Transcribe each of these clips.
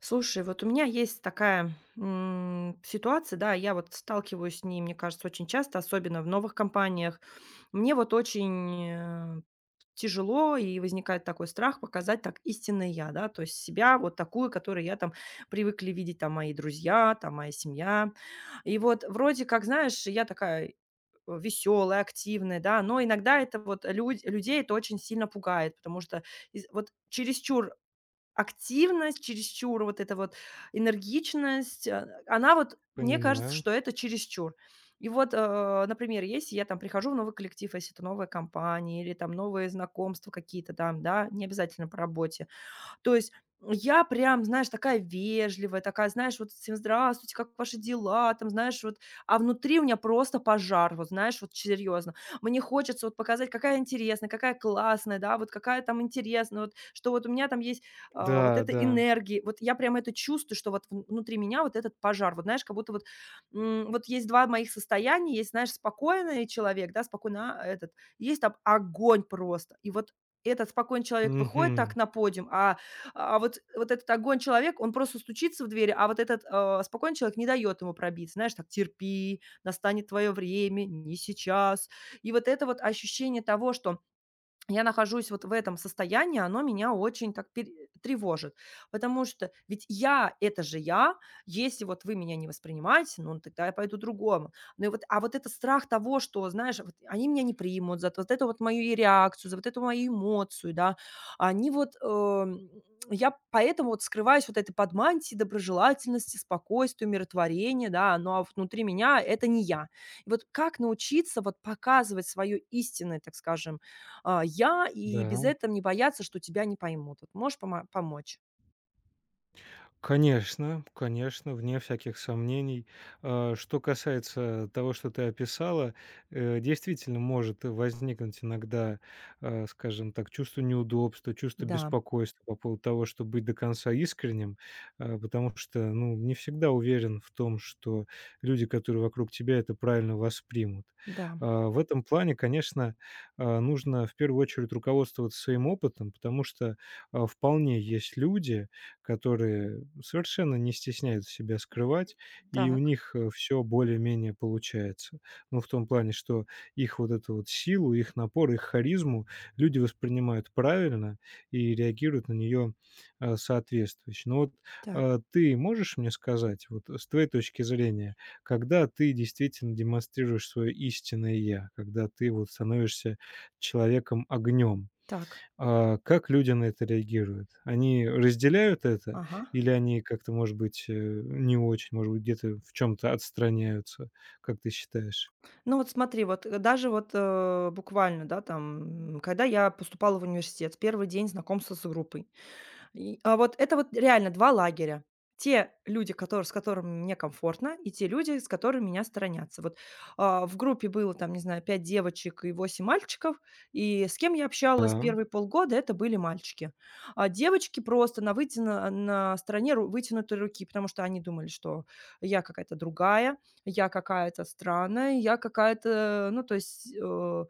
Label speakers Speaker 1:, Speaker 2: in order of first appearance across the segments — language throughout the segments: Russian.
Speaker 1: Слушай, вот у меня есть такая, ситуация, да, я вот сталкиваюсь с ней, мне кажется, очень часто, особенно в новых компаниях. Мне вот очень, тяжело, и возникает такой страх показать так истинное я, да, то есть себя вот такую, которую я там привыкли видеть, там мои друзья, там моя семья. И вот вроде как, знаешь, я такая веселая, активная, да, но иногда это вот людей это очень сильно пугает, потому что вот чересчур активность, чересчур вот эта вот энергичность, она вот, мне кажется,
Speaker 2: Понимаю.
Speaker 1: что это чересчур. И вот, например, если я там прихожу в новый коллектив, если это новая компания или там новые знакомства какие-то там, да, не обязательно по работе, то есть я прям, знаешь, такая вежливая, такая, знаешь, вот всем здравствуйте, как ваши дела, там, знаешь, вот, а внутри у меня просто пожар, вот, знаешь, вот серьезно. Мне хочется вот показать, какая интересная, какая классная, да, вот какая там интересная, вот, что вот у меня там есть вот
Speaker 2: Да,
Speaker 1: эта
Speaker 2: да.
Speaker 1: энергия, вот я прям это чувствую, что вот внутри меня вот этот пожар, вот, знаешь, как будто вот, вот есть два моих состояния, есть, знаешь, спокойный человек, да, спокойно, есть там огонь просто, и вот этот спокойный человек выходит так
Speaker 2: Мгм.
Speaker 1: на подиум, вот этот огонь человек, он просто стучится в дверь, а вот этот, спокойный человек не дает ему пробиться. Знаешь, так: "Терпи, настанет твое время, не сейчас". И вот это вот ощущение того, что я нахожусь вот в этом состоянии, оно меня очень так пере тревожит. Потому что ведь это же я. Если вот вы меня не воспринимаете, ну, тогда я пойду другому. Ну и вот, а вот этот страх того, что, знаешь, вот они меня не примут за вот эту вот мою и реакцию, за вот эту мою эмоцию, да. Они вот, я поэтому вот скрываюсь вот этой под мантией доброжелательности, спокойствия, умиротворения, да, ну, а внутри меня — это не я. И вот как научиться вот показывать свое истинное, так скажем, я, и без
Speaker 2: Да.
Speaker 1: этого не бояться, что тебя не поймут. Вот, можешь помочь?
Speaker 2: Конечно, конечно, вне всяких сомнений. Что касается того, что ты описала, действительно может возникнуть иногда, скажем так, чувство неудобства, чувство
Speaker 1: Да,
Speaker 2: беспокойства по поводу того, чтобы быть до конца искренним, потому что, ну, не всегда уверен в том, что люди, которые вокруг тебя, это правильно воспримут.
Speaker 1: да.
Speaker 2: В этом плане, конечно, нужно в первую очередь руководствоваться своим опытом, потому что вполне есть люди, которые совершенно не стесняют себя скрывать, и у
Speaker 1: Так,
Speaker 2: них все более-менее получается. Ну, в том плане, что их вот эту вот силу, их напор, их харизму люди воспринимают правильно и реагируют на нее соответствующе. Но вот,
Speaker 1: так,
Speaker 2: ты можешь мне сказать, вот, с твоей точки зрения, когда ты действительно демонстрируешь свое истинное я, когда ты вот становишься человеком огнем?
Speaker 1: так.
Speaker 2: А как люди на это реагируют? Они разделяют это
Speaker 1: Ага.
Speaker 2: или они как-то, может быть, не очень, может быть, где-то в чем то отстраняются, как ты считаешь?
Speaker 1: Ну вот смотри, вот, даже вот, буквально, да, там, когда я поступала в университет, первый день знакомства с группой. И, вот это вот реально 2 лагеря. Те люди, которые с которыми мне комфортно, и те люди, с которыми меня сторонятся. Вот, в группе было там, не знаю, 5 девочек и 8 мальчиков, и с кем я общалась
Speaker 2: Да,
Speaker 1: первые полгода, это были мальчики. А девочки просто на вытяно на стороне ру вытянутой руки, потому что они думали, что я какая-то другая, я какая-то странная, я какая-то, ну, то есть, э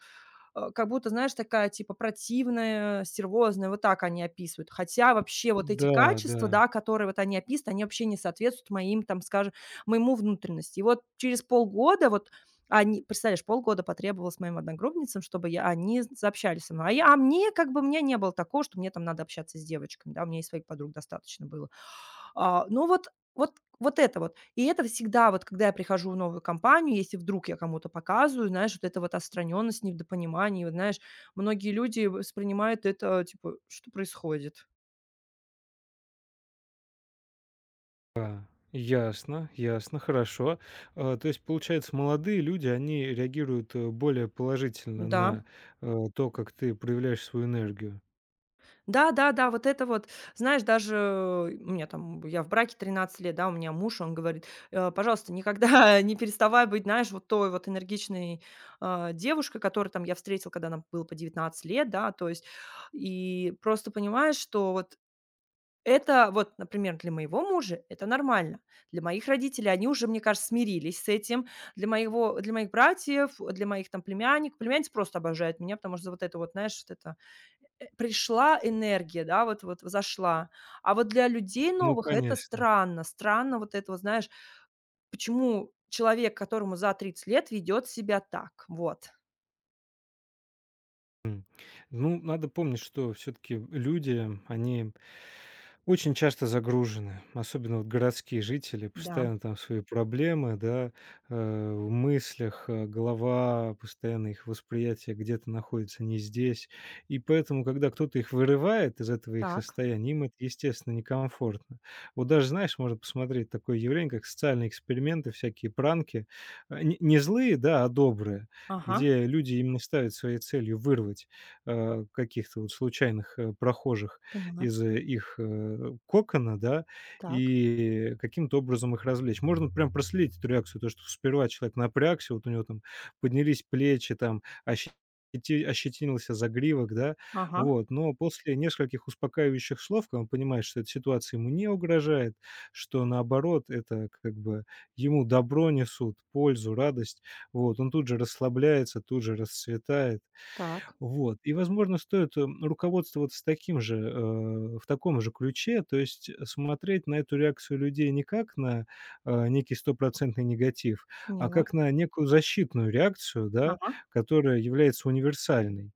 Speaker 1: э, как будто, знаешь, такая типа противная, стервозная, вот так они описывают. Хотя вообще вот эти
Speaker 2: да,
Speaker 1: качества,
Speaker 2: да,
Speaker 1: да, которые вот они описывают, они вообще не соответствуют моим, там, скажем, моему внутренности. И вот через полгода вот они, представляешь, полгода потребовалось моим одногруппницам, чтобы они заобщались со мной. А мне как бы, у меня не было такого, что мне там надо общаться с девочками, да, у меня и своих подруг достаточно было. А, ну вот вот вот это вот. И это всегда вот, когда я прихожу в новую компанию, если вдруг я кому-то показываю, знаешь, вот это вот отстраненность, недопонимание, вот, знаешь, многие люди воспринимают это, типа, что происходит?
Speaker 2: да. Ясно, ясно, хорошо. А, то есть, получается, молодые люди, они реагируют, более положительно
Speaker 1: Да.
Speaker 2: на, то, как ты проявляешь свою энергию.
Speaker 1: Да-да-да, вот это вот, знаешь, даже у меня там, я в браке 13 лет, да, у меня муж, он говорит: "Э, пожалуйста, никогда не переставай быть, знаешь, вот той вот энергичной, девушкой, которую там я встретил, когда нам было по 19 лет", да, то есть. И просто понимаешь, что вот это вот, например, для моего мужа это нормально. Для моих родителей, они уже, мне кажется, смирились с этим. Для моих братьев, для моих там племянников. Племянница просто обожает меня, потому что вот это вот, знаешь, вот это, пришла энергия, да, вот вот зашла. А вот для людей
Speaker 2: Ну,
Speaker 1: новых это
Speaker 2: конечно.
Speaker 1: странно. Странно вот это вот, знаешь, почему человек, которому за 30 лет, ведет себя так. Вот.
Speaker 2: Ну, надо помнить, что все-таки люди, они очень часто загружены, особенно вот городские жители,
Speaker 1: Да.
Speaker 2: постоянно там свои проблемы, да, в мыслях, голова, постоянно их восприятие где-то находится не здесь. И поэтому, когда кто-то их вырывает из этого их
Speaker 1: Так.
Speaker 2: состояния, им это, естественно, некомфортно. Вот даже, знаешь, можно посмотреть такое явление, как социальные эксперименты, всякие пранки, не злые, да, а добрые,
Speaker 1: Ага.
Speaker 2: где люди именно ставят своей целью вырвать каких-то вот случайных, прохожих
Speaker 1: Поняла.
Speaker 2: из их, кокона, да,
Speaker 1: Так.
Speaker 2: и каким-то образом их развлечь. Можно вот прям проследить эту реакцию, то, что сперва человек напрягся, вот у него там поднялись плечи, там ощетинился загривок, да,
Speaker 1: Ага.
Speaker 2: вот. Но после нескольких успокаивающих слов, когда он понимает, что эта ситуация ему не угрожает, что наоборот это как бы ему добро несут, пользу, радость, вот, он тут же расслабляется, тут же расцветает.
Speaker 1: Так.
Speaker 2: Вот. И, возможно, стоит, руководствоваться таким же, в таком же ключе, то есть смотреть на эту реакцию людей не как на, некий стопроцентный негатив, а
Speaker 1: Поняла.
Speaker 2: как на некую защитную реакцию, да,
Speaker 1: Ага.
Speaker 2: которая является универсальной.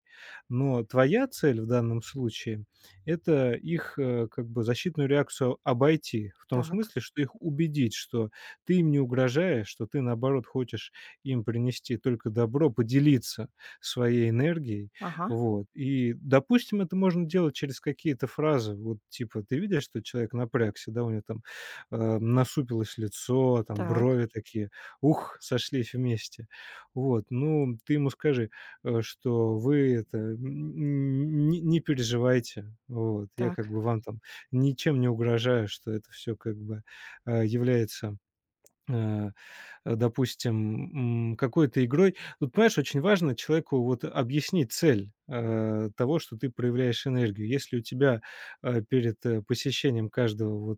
Speaker 2: Но твоя цель в данном случае — это их, как бы защитную реакцию обойти. В том
Speaker 1: Так.
Speaker 2: смысле, что их убедить, что ты им не угрожаешь, что ты, наоборот, хочешь им принести только добро, поделиться своей энергией.
Speaker 1: Ага.
Speaker 2: Вот. И, допустим, это можно делать через какие-то фразы. Вот типа ты видишь, что человек напрягся, да, у него там, насупилось лицо, там
Speaker 1: Так,
Speaker 2: брови такие: "Ух, сошлись вместе". Вот. Ну, ты ему скажи: что вы это н не не переживайте. Вот, я как
Speaker 1: так,
Speaker 2: бы вам там ничем не угрожаю, что это все как бы, является, э допустим, какой-то игрой. Тут, понимаешь, очень важно человеку вот объяснить цель того, что ты проявляешь энергию. Если у тебя перед посещением каждого вот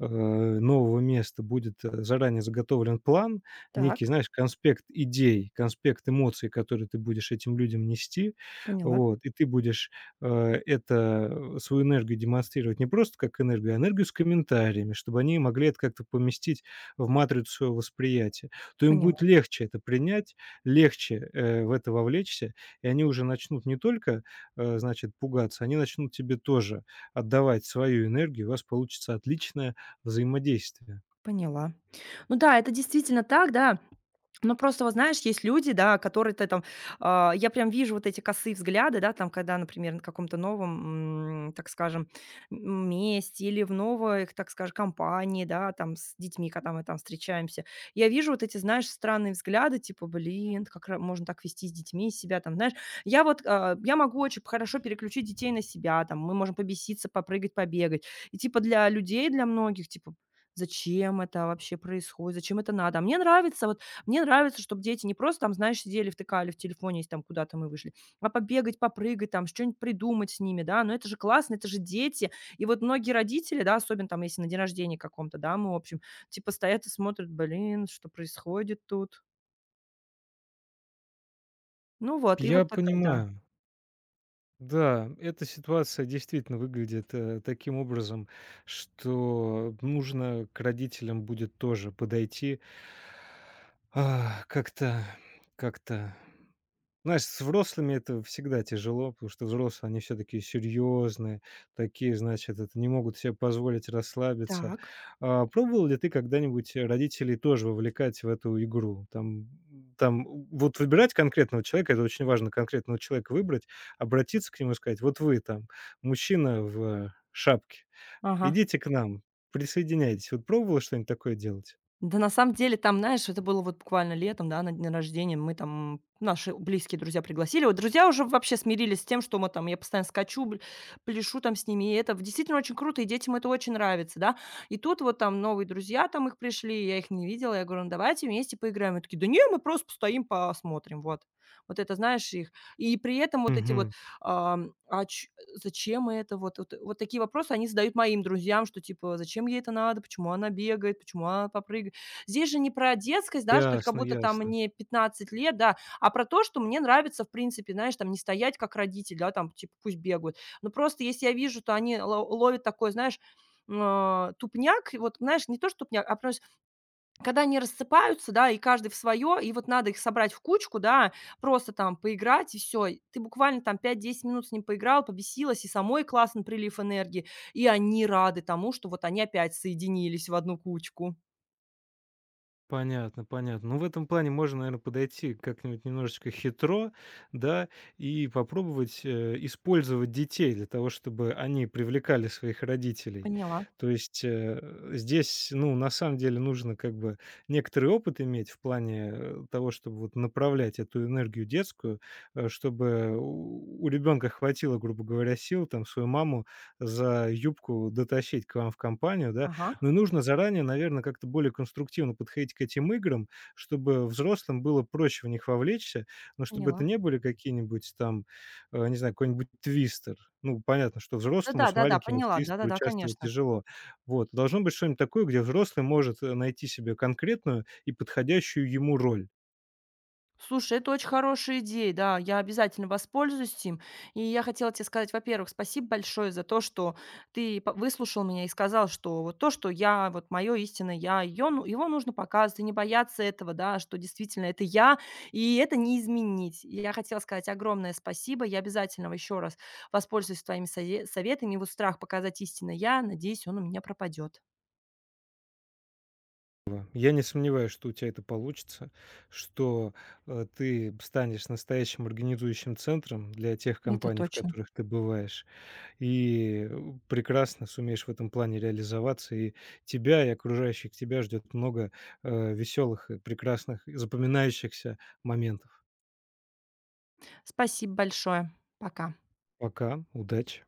Speaker 2: нового места будет заранее заготовлен план, некий,
Speaker 1: так.
Speaker 2: знаешь, конспект идей, конспект эмоций, которые ты будешь этим людям нести,
Speaker 1: Поняла,
Speaker 2: вот, и ты будешь это свою энергию демонстрировать не просто как энергию, а энергию с комментариями, чтобы они могли это как-то поместить в матрицу своего восприятия, то им
Speaker 1: поняла,
Speaker 2: будет легче это принять, легче, в это вовлечься, и они уже начнут не только, значит, пугаться, они начнут тебе тоже отдавать свою энергию, и у вас получится отличное взаимодействие.
Speaker 1: поняла. Ну да, это действительно так, да. Ну, просто вот знаешь, есть люди, да, которые ты там, я прям вижу вот эти косые взгляды, да, там, когда, например, на каком-то новом, так скажем, месте или в новой, так скажем, компании, да, там с детьми, когда мы там встречаемся. Я вижу вот эти, знаешь, странные взгляды, типа, блин, как можно так вести с детьми себя, там, знаешь, я вот, я могу очень хорошо переключить детей на себя, там, мы можем побеситься, попрыгать, побегать. И типа для людей, для многих, типа, зачем это вообще происходит, зачем это надо. А мне нравится, чтобы дети не просто там, знаешь, сидели, втыкали в телефоне, если там куда-то мы вышли, а побегать, попрыгать, там что-нибудь придумать с ними, да. Но это же классно, это же дети. И вот многие родители, да, особенно там, если на день рождения каком-то, да, мы, в общем, типа стоят и смотрят: "Блин, что происходит тут?" Ну вот, и
Speaker 2: Я
Speaker 1: вот такая, да.
Speaker 2: понимаю. Да, эта ситуация действительно выглядит, таким образом, что нужно к родителям будет тоже подойти, а, как-то. Знаешь, с взрослыми это всегда тяжело, потому что взрослые, они все такие серьезные, такие, значит, это не могут себе позволить расслабиться.
Speaker 1: Так.
Speaker 2: А, пробовал ли ты когда-нибудь родителей тоже вовлекать в эту игру? Там, вот выбирать конкретного человека, это очень важно, конкретного человека выбрать, обратиться к нему и сказать, вот вы там, мужчина в шапке,
Speaker 1: Ага.
Speaker 2: идите к нам, присоединяйтесь. Вот пробовала что-нибудь такое делать?
Speaker 1: Да, на самом деле, там, знаешь, это было вот буквально летом, да, на день рождения. Мы там, наши близкие друзья пригласили. Вот друзья уже вообще смирились с тем, что мы там, я постоянно скачу, пляшу там с ними. И это действительно очень круто, и детям это очень нравится, да. И тут вот там новые друзья там их пришли, я их не видела. Я говорю, ну давайте вместе поиграем. И такие, да не, мы просто постоим, посмотрим, вот. Вот это, знаешь, их. И при этом вот эти вот,
Speaker 2: Мгм.
Speaker 1: ам, а, ч- зачем это, вот, вот, вот такие вопросы они задают моим друзьям, что типа, зачем ей это надо, почему она бегает, почему она попрыгает. Здесь же не про детскость, да, что как
Speaker 2: Ясно,
Speaker 1: будто там
Speaker 2: ясно.
Speaker 1: мне 15 лет, да, а про то, что мне нравится, в принципе, знаешь, там не стоять как родитель, да, там, типа, пусть бегают. Но просто если я вижу, то они ло ловят такой, знаешь, тупняк, и вот, знаешь, не то что тупняк, а просто когда они рассыпаются, да, и каждый в свое, и вот надо их собрать в кучку, да, просто там поиграть, и всё. Ты буквально там 5-10 минут с ним поиграл, побесилась, и самой классный прилив энергии, и они рады тому, что вот они опять соединились в одну кучку.
Speaker 2: Понятно, понятно. Ну, в этом плане можно, наверное, подойти как-нибудь немножечко хитро, да, и попробовать использовать детей для того, чтобы они привлекали своих родителей.
Speaker 1: Поняла.
Speaker 2: То есть здесь, ну, на самом деле нужно как бы некоторый опыт иметь в плане того, чтобы вот направлять эту энергию детскую, чтобы ребенка хватило, грубо говоря, сил там свою маму за юбку дотащить к вам в компанию, да,
Speaker 1: Ага.
Speaker 2: но нужно заранее, наверное, как-то более конструктивно подходить к этим играм, чтобы взрослым было проще в них вовлечься, но чтобы это
Speaker 1: Поняла.
Speaker 2: не были какие-нибудь там, не знаю, какой-нибудь твистер. Ну, понятно, что взрослому с
Speaker 1: Да-да-да-да,
Speaker 2: маленькими в
Speaker 1: поняла.
Speaker 2: твистер
Speaker 1: Да-да-да,
Speaker 2: участвовать
Speaker 1: конечно.
Speaker 2: тяжело. Вот. Должно быть что-нибудь такое, где взрослый может найти себе конкретную и подходящую ему роль.
Speaker 1: Слушай, это очень хорошая идея, да, я обязательно воспользуюсь им. И я хотела тебе сказать, во-первых, спасибо большое за то, что ты по выслушал меня и сказал, что вот то, что я, вот мое истинное я, ее, ну, его нужно показывать и не бояться этого, да, что действительно это я, и это не изменить. И я хотела сказать огромное спасибо. Я обязательно еще раз воспользуюсь твоими советами. И вот страх показать истинное я, надеюсь, он у меня пропадет.
Speaker 2: Я не сомневаюсь, что у тебя это получится, что ты станешь настоящим организующим центром для тех
Speaker 1: Это
Speaker 2: компаний, в
Speaker 1: точно.
Speaker 2: которых ты бываешь, и прекрасно сумеешь в этом плане реализоваться. И тебя и окружающих тебя ждет много веселых, и прекрасных, и запоминающихся моментов.
Speaker 1: Спасибо большое. Пока.
Speaker 2: Пока, удачи!